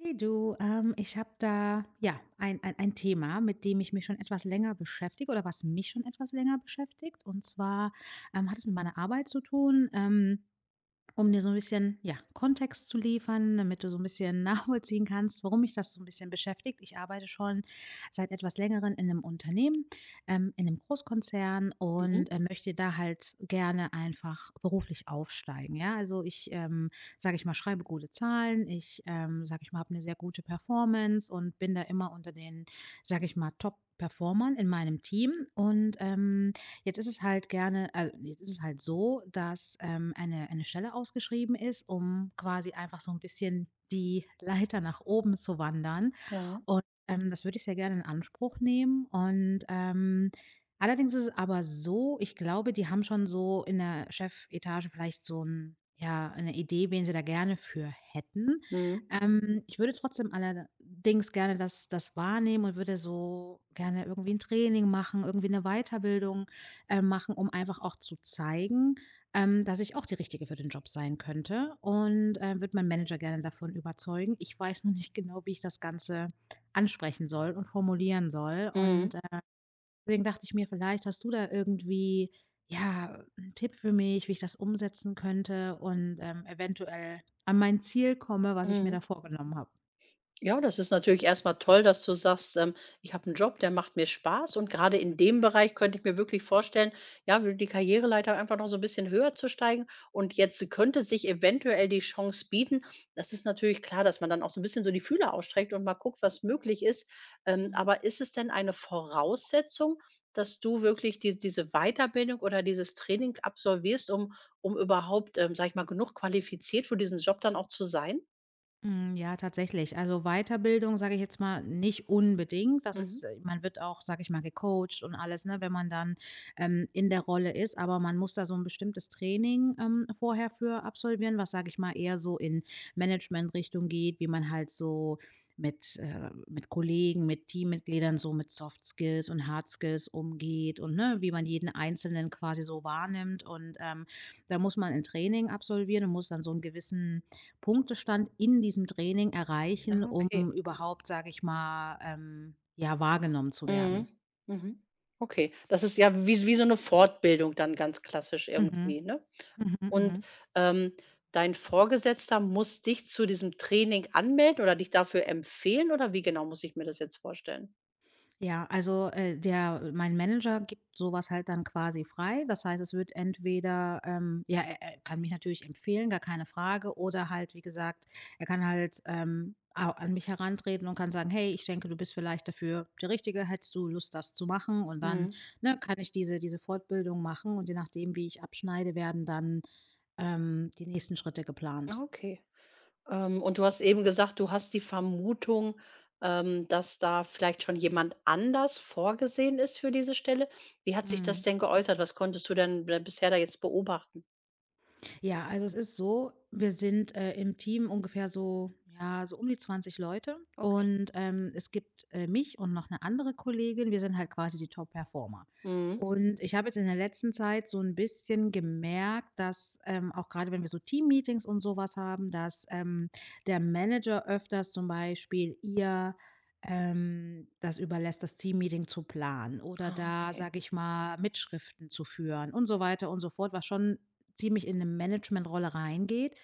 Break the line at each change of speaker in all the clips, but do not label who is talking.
Hey du, ich habe da ja ein Thema, mit dem ich mich schon etwas länger beschäftige oder was mich schon etwas länger beschäftigt. Und zwar hat es mit meiner Arbeit zu tun. Um dir so ein bisschen, ja, Kontext zu liefern, damit du so ein bisschen nachvollziehen kannst, warum mich das so ein bisschen beschäftigt. Ich arbeite schon seit etwas Längerem in einem Unternehmen, in einem Großkonzern und,
Mhm.
möchte da halt gerne einfach beruflich aufsteigen, ja? Also, ich, sage ich mal, schreibe gute Zahlen. Ich, sage ich mal, habe eine sehr gute Performance und bin da immer unter den, sage ich mal, Top-Performern in meinem Team. Jetzt ist es halt so, dass, eine Stelle ausgeschrieben ist, um quasi einfach so ein bisschen die Leiter nach oben zu wandern.
Ja.
Und, Das würde ich sehr gerne in Anspruch nehmen und, allerdings ist es aber so, ich glaube, die haben schon so in der Chefetage vielleicht so 'n ja, 'ne Idee, wen sie da gerne für hätten.
Mhm.
Ich würde trotzdem allerdings gerne das wahrnehmen und würde so gerne irgendwie ein Training machen, irgendwie eine Weiterbildung, machen, um einfach auch zu zeigen, dass ich auch die Richtige für den Job sein könnte und, würde meinen Manager gerne davon überzeugen. Ich weiß noch nicht genau, wie ich das Ganze ansprechen soll und formulieren soll.
Mhm.
Deswegen dachte ich mir, vielleicht hast du da irgendwie, ja, 'n Tipp für mich, wie ich das umsetzen könnte und, eventuell an mein Ziel komme, was ich mir da
Mhm.
vorgenommen habe.
Ja, das ist natürlich erstmal toll, dass du sagst, „Ich habe einen Job, der macht mir Spaß.“ Und gerade in dem Bereich könnte ich mir wirklich vorstellen, ja, die Karriereleiter einfach noch so ein bisschen höher zu steigen. Und jetzt könnte sich eventuell die Chance bieten. Das ist natürlich klar, dass man dann auch so ein bisschen so die Fühler ausstreckt und mal guckt, was möglich ist. Aber ist es denn eine Voraussetzung, dass du wirklich diese Weiterbildung oder dieses Training absolvierst, um überhaupt, sage ich mal, genug qualifiziert für diesen Job dann auch zu sein?
Hm, ja, tatsächlich. Also Weiterbildung, sage ich jetzt mal, nicht unbedingt. Das
Mhm.
ist Man wird auch, sage ich mal, gecoacht und alles, ne, wenn man dann, in der Rolle ist, aber man muss da so ein bestimmtes Training, vorher für absolvieren, was, sage ich mal, eher so in Management-Richtung geht, wie man halt so mit Kollegen, mit Teammitgliedern so mit Soft Skills und Hard Skills umgeht und, ne, wie man jeden Einzelnen quasi so wahrnimmt. Da muss man ein Training absolvieren und muss dann so einen gewissen Punktestand in diesem Training
Ah,
erreichen,
okay.
um überhaupt, sage ich mal, ja, wahrgenommen zu werden.
Mhm. Mhm. Okay. Das ist ja wie so eine Fortbildung dann ganz klassisch
Mhm.
irgendwie, ne?
Mhm,
Und,
mhm.
ähm, dein Vorgesetzter muss dich zu diesem Training anmelden oder dich dafür empfehlen oder wie genau muss ich mir das jetzt vorstellen?
Ja, also, der mein Manager gibt sowas halt dann quasi frei. Das heißt, es wird entweder, ja, er kann mich natürlich empfehlen, gar keine Frage, oder halt, wie gesagt, er kann halt, au an mich herantreten und kann sagen: „Hey, ich denke, du bist vielleicht dafür der Richtige. Hättest du Lust, das zu machen?" Und dann,
Mhm.
ne, kann ich diese Fortbildung machen und je nachdem, wie ich abschneide, werden dann, die nächsten Schritte geplant.
Ah, okay. Und du hast eben gesagt, du hast die Vermutung, dass da vielleicht schon jemand anders vorgesehen ist für diese Stelle. Wie hat sich das
Mhm.
denn geäußert? Was konntest du denn b bisher da jetzt beobachten?
Ja, also es ist so, wir sind, im Team ungefähr so, ja, so um die 20 Leute,
Okay.
und, es gibt, mich und noch eine andere Kollegin. Wir sind halt quasi die Top-Performer.
Mhm.
Und ich habe jetzt in der letzten Zeit so ein bisschen gemerkt, dass, auch gerade wenn wir so Team-Meetings und sowas haben, dass, der Manager öfters zum Beispiel ihr, das überlässt, das Teammeeting zu planen oder
Ah,
da,
okay.
sage ich mal, Mitschriften zu führen und so weiter und so fort, was schon ziemlich in eine Managementrolle reingeht.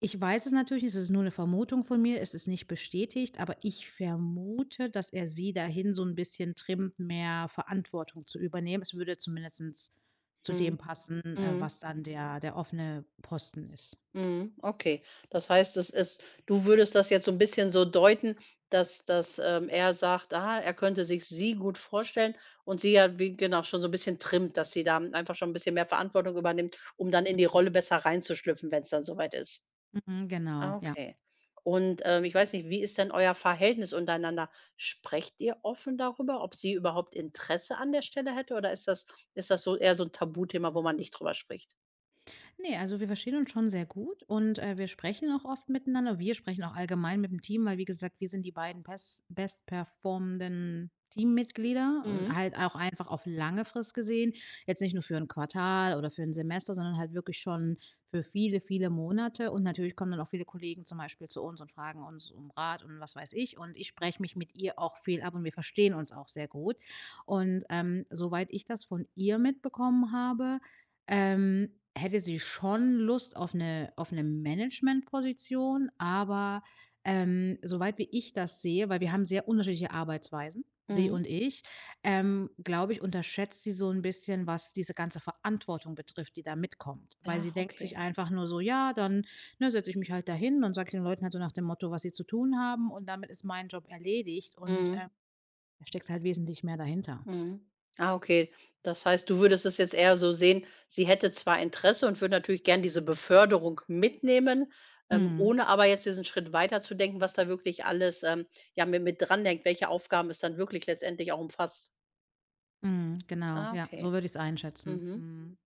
Ich weiß es natürlich nicht, es ist nur eine Vermutung von mir, es ist nicht bestätigt, aber ich vermute, dass er sie dahin so ein bisschen trimmt, mehr Verantwortung zu übernehmen. Es würde zumindestens zu
Mhm.
dem passen,
Mhm.
was dann der offene Posten ist.
Mhm, okay. Das heißt, es ist du würdest das jetzt so ein bisschen so deuten, dass, er sagt, ah, er könnte sich sie gut vorstellen und sie ja, wie genau, schon so ein bisschen trimmt, dass sie da einfach schon ein bisschen mehr Verantwortung übernimmt, um dann in die Rolle besser reinzuschlüpfen, wenn es dann soweit ist.
Mhm, genau,
Ah,
ja.
okay. Und, ich weiß nicht, wie ist denn euer Verhältnis untereinander? Sprecht ihr offen darüber, ob sie überhaupt Interesse an der Stelle hätte oder ist das so eher so ein Tabuthema, wo man nicht drüber spricht?
Ne, also wir verstehen uns schon sehr gut und, wir sprechen auch oft miteinander. Wir sprechen auch allgemein mit dem Team, weil, wie gesagt, wir sind die beiden bestperformenden Teammitglieder und
Mhm,
halt auch einfach auf lange Frist gesehen. Jetzt nicht nur für ein Quartal oder für ein Semester, sondern halt wirklich schon für viele, viele Monate. Und natürlich kommen dann auch viele Kollegen zum Beispiel zu uns und fragen uns um Rat und was weiß ich. Und ich spreche mich mit ihr auch viel ab und wir verstehen uns auch sehr gut. Und, soweit ich das von ihr mitbekommen habe, hätte sie schon Lust auf eine Managementposition, aber, soweit wie ich das sehe, weil wir haben sehr unterschiedliche Arbeitsweisen, sie
mhm.
und ich, glaube ich, unterschätzt sie so ein bisschen, was diese ganze Verantwortung betrifft, die da mitkommt. Weil sie
Ja,
denkt
okay.
sich einfach nur so: „Ja, dann, ne, setze ich mich halt dahin und sage den Leuten halt so nach dem Motto, was sie zu tun haben, und damit ist mein Job erledigt." Und,
Mhm.
da steckt halt wesentlich mehr dahinter.
Mhm. Ah, okay. Das heißt, du würdest es jetzt eher so sehen, sie hätte zwar Interesse und würde natürlich gern diese Beförderung mitnehmen,
Mhm.
ohne aber jetzt diesen Schritt weiterzudenken, was da wirklich alles ja, mit dran denkt, welche Aufgaben es dann wirklich letztendlich auch umfasst.
Mhm. Genau,
Ah,
ja,
okay.
so würde ich es einschätzen.
Mhm.
Mhm.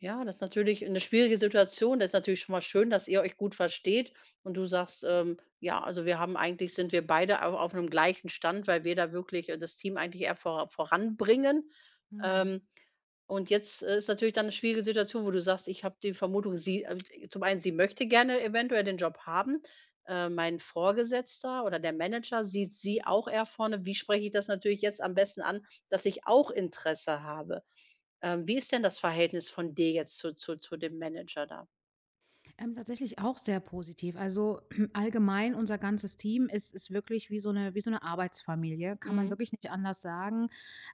Ja, das ist natürlich eine schwierige Situation. Das ist natürlich schon mal schön, dass ihr euch gut versteht und du sagst, ja, also wir haben sind wir beide auf einem gleichen Stand, weil wir da wirklich das Team eigentlich eher voranbringen.
Mhm.
Ähm, Und jetzt, ist natürlich dann eine schwierige Situation, wo du sagst: „Ich habe die Vermutung, zum einen, sie möchte gerne eventuell den Job haben. Mein Vorgesetzter oder der Manager sieht sie auch eher vorne. Wie spreche ich das natürlich jetzt am besten an, dass ich auch Interesse habe?“ wie ist denn das Verhältnis von dir jetzt zu dem Manager da?
Tatsächlich auch sehr positiv. Also allgemein, unser ganzes Team ist wirklich wie so eine, Arbeitsfamilie, kann man
Mhm.
wirklich nicht anders sagen.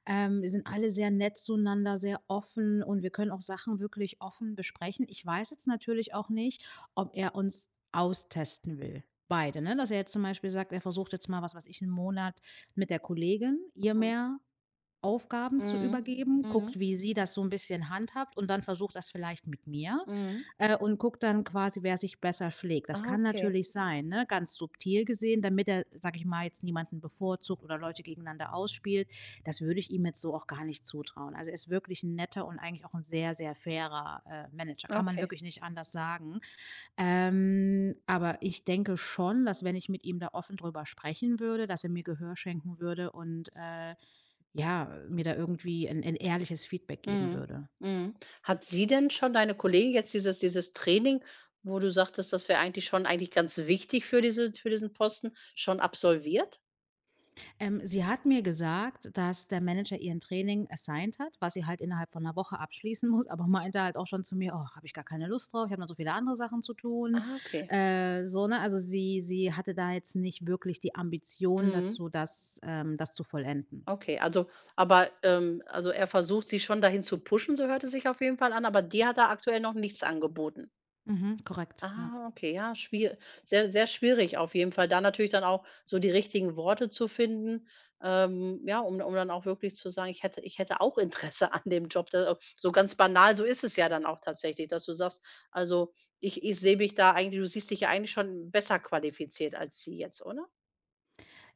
Wir sind alle sehr nett zueinander, sehr offen, und wir können auch Sachen wirklich offen besprechen. Ich weiß jetzt natürlich auch nicht, ob er uns austesten will. Beide, ne? Dass er jetzt zum Beispiel sagt, er versucht jetzt mal was, was ich einen Monat mit der Kollegin, ihr
Mhm.
mehr Aufgaben zu
Mhm.
übergeben,
Mhm.
guckt, wie sie das so ein bisschen handhabt, und dann versucht das vielleicht mit mir,
Mhm.
und guckt dann quasi, wer sich besser schlägt. Das
Ah,
kann
okay,
natürlich sein, ne, ganz subtil gesehen, damit er, sage ich mal, jetzt niemanden bevorzugt oder Leute gegeneinander ausspielt. Das würde ich ihm jetzt so auch gar nicht zutrauen. Also, er ist wirklich ein netter und eigentlich auch ein sehr, sehr fairer, Manager, kann man
okay.
wirklich nicht anders sagen. Aber ich denke schon, dass, wenn ich mit ihm da offen drüber sprechen würde, dass er mir Gehör schenken würde und, ja, mir da irgendwie ein 'n ehrliches Feedback geben
Mhm,
würde.
mhm. Hat sie denn schon deine Kollegin jetzt dieses Training, wo du sagtest, das wäre eigentlich ganz wichtig für diese für diesen Posten, schon absolviert?
Sie hat mir gesagt, dass der Manager ihr ein Training assigned hat, was sie halt innerhalb von einer Woche abschließen muss, aber meinte halt auch schon zu mir: „Och, habe ich gar keine Lust drauf, ich habe noch so viele andere Sachen zu tun."
Ah, okay.
So, ne? Also, sie hatte da jetzt nicht wirklich die Ambition
Mhm.
dazu, das zu vollenden.
Okay, aber, also, er versucht, sie schon dahin zu pushen, so hört es sich auf jeden Fall an, aber dir hat er aktuell noch nichts angeboten?
Mhm, korrekt, ja.
Ah, okay, ja, schwier sehr, sehr schwierig auf jeden Fall, da natürlich dann auch so die richtigen Worte zu finden, ja, um dann auch wirklich zu sagen: Ich hätte auch Interesse an dem Job.“ Da so ganz banal, so ist es ja dann auch tatsächlich, dass du sagst: „Also, ich sehe mich da eigentlich du siehst dich ja eigentlich schon besser qualifiziert als sie jetzt“, oder?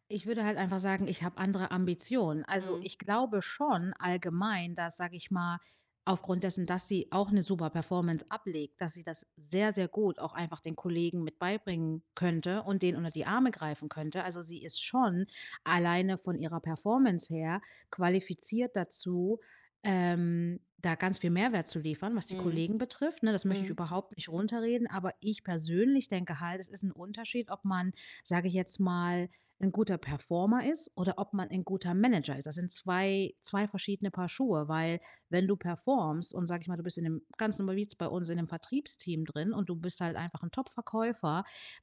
Ich würde halt einfach sagen, ich habe andere Ambitionen. Also,
Mhm.
ich glaube schon allgemein, dass, sage ich mal, aufgrund dessen, dass sie auch eine super Performance ablegt, dass sie das sehr, sehr gut auch einfach den Kollegen mit beibringen könnte und den unter die Arme greifen könnte. Also, sie ist schon alleine von ihrer Performance her qualifiziert dazu, da ganz viel Mehrwert zu liefern, was die
Mhm.
Kollegen betrifft, ne? Das möchte ich
Mhm.
überhaupt nicht runterreden, aber ich persönlich denke halt, es ist ein Unterschied, ob man, sage ich jetzt mal, ein guter Performer ist oder ob man ein guter Manager ist. Das sind zwei verschiedene Paar Schuhe, weil, wenn du performst und, sag ich mal, du bist in dem ganz normal wie jetzt bei uns in dem Vertriebsteam drin und du bist halt einfach ein Top-Verkäufer,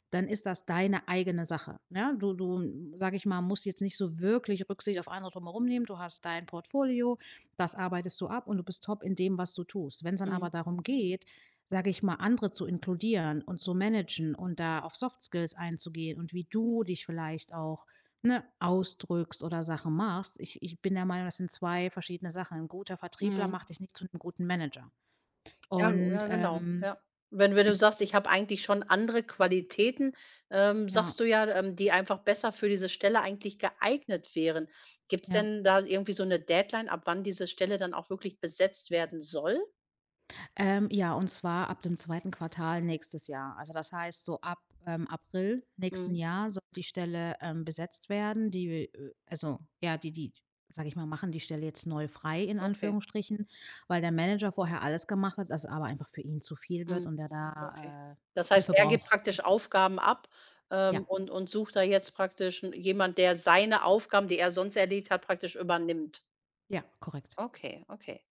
dann ist das deine eigene Sache. Ja, du, sag ich mal, musst jetzt nicht so wirklich Rücksicht auf andere drumherum nehmen. Du hast dein Portfolio, das arbeitest du ab, und du bist top in dem, was du tust. Wenn es dann
Mhm.
aber darum geht, sage ich mal, andere zu inkludieren und zu managen und da auf Soft Skills einzugehen und wie du dich vielleicht auch, ne, ausdrückst oder Sachen machst. Ich bin der Meinung, das sind 2 verschiedene Sachen. Ein guter Vertriebler
Mhm.
macht dich nicht zu einem guten Manager.
Ja, g
Und,
ja, genau,
ähm
ja. Wenn du sagst: „Ich habe eigentlich schon andere Qualitäten“,
ja,
sagst du ja, die einfach besser für diese Stelle eigentlich geeignet wären. Gibt's
ja.
denn da irgendwie so eine Deadline, ab wann diese Stelle dann auch wirklich besetzt werden soll?
Ja, und zwar ab dem zweiten Quartal nächstes Jahr. Also das heißt, so ab April nächsten
Mhm,
Jahr soll die Stelle besetzt werden. Also die, sage ich mal, machen die Stelle jetzt neu frei in
okay,
Anführungsstrichen, weil der Manager vorher alles gemacht hat, das aber einfach für ihn zu viel wird
mhm,
und er
okay.
da
Das heißt,
Hilfe
er gibt
braucht.
praktisch Aufgaben ab,
Ja,
und sucht da jetzt praktisch 'n jemand, der seine Aufgaben, die er sonst erledigt hat, praktisch übernimmt.
ja, korrekt.
Okay, okay.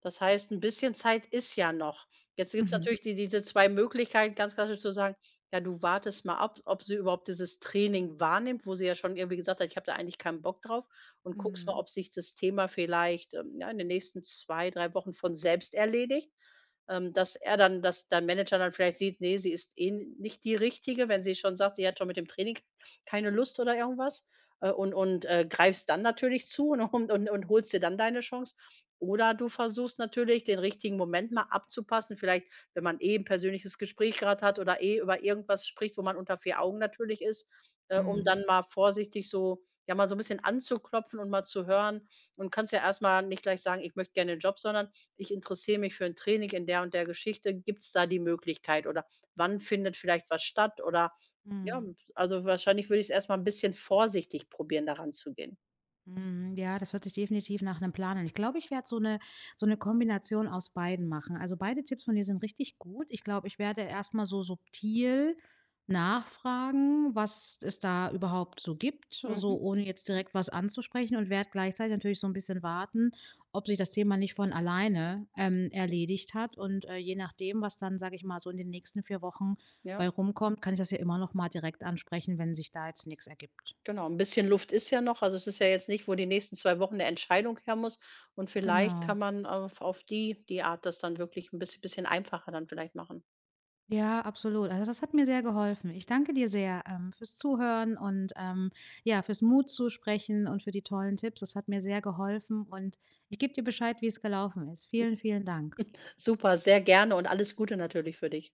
Das heißt, ein bisschen Zeit ist ja noch. Jetzt gibt es
Mhm.
natürlich diese 2 Möglichkeiten, ganz klassisch zu sagen: „Ja, du wartest mal ab, ob sie überhaupt dieses Training wahrnimmt“, wo sie ja schon irgendwie gesagt hat: „Ich habe da eigentlich keinen Bock drauf“ und guckst mal,
Mhm.
ob sich das Thema vielleicht, ja, in den nächsten 2, 3 Wochen von selbst erledigt. Dass er dann dass dein Manager dann vielleicht sieht, ne, sie ist eh n nicht die Richtige, wenn sie schon sagt, sie hat schon mit dem Training keine Lust oder irgendwas und greifst dann natürlich zu, ne, und holst dir dann deine Chance. Oder du versuchst natürlich, den richtigen Moment mal abzupassen, vielleicht, wenn man eh ein persönliches Gespräch gerade hat oder eh über irgendwas spricht, wo man unter 4 Augen natürlich ist, um
Mhm.
dann mal vorsichtig so ja, mal so ein bisschen anzuklopfen und mal zu hören und kannst ja erstmal nicht gleich sagen: „Ich möchte gerne den Job“, sondern: „Ich interessiere mich für ein Training in der und der Geschichte. Gibt es da die Möglichkeit?“ Oder: „Wann findet vielleicht was statt?“ Oder ja.
Mhm.
Also, wahrscheinlich würde ich's erst mal ein bisschen vorsichtig probieren, daran zu gehen.
Mhm, ja, das hört sich definitiv nach einem Plan an. Ich glaube, ich werde so eine Kombination aus beiden machen. Also, beide Tipps von dir sind richtig gut. Ich glaube, ich werde erst mal so subtil nachfragen, was es da überhaupt so gibt, so
Mhm,
ohne jetzt direkt was anzusprechen, und werde gleichzeitig natürlich so ein bisschen warten, ob sich das Thema nicht von alleine, erledigt hat. Und, je nachdem, was dann, sage ich mal, so in den nächsten 4 Wochen
ja,
bei rumkommt, kann ich das ja immer noch mal direkt ansprechen, wenn sich da jetzt nichts ergibt.
genau. Ein bisschen Luft ist ja noch. Also, es ist ja jetzt nicht, wo die nächsten 2 Wochen eine Entscheidung her muss und vielleicht kann
Genau.
man auf die Art das dann wirklich ein bisschen einfacher dann vielleicht machen.
Ja, absolut. Also das hat mir sehr geholfen. Ich danke dir sehr, fürs Zuhören und, ja, fürs Mut zusprechen und für die tollen Tipps. Das hat mir sehr geholfen und ich gebe dir Bescheid, wie es gelaufen ist. Vielen, vielen Dank.
Super, sehr gerne und alles Gute natürlich für dich.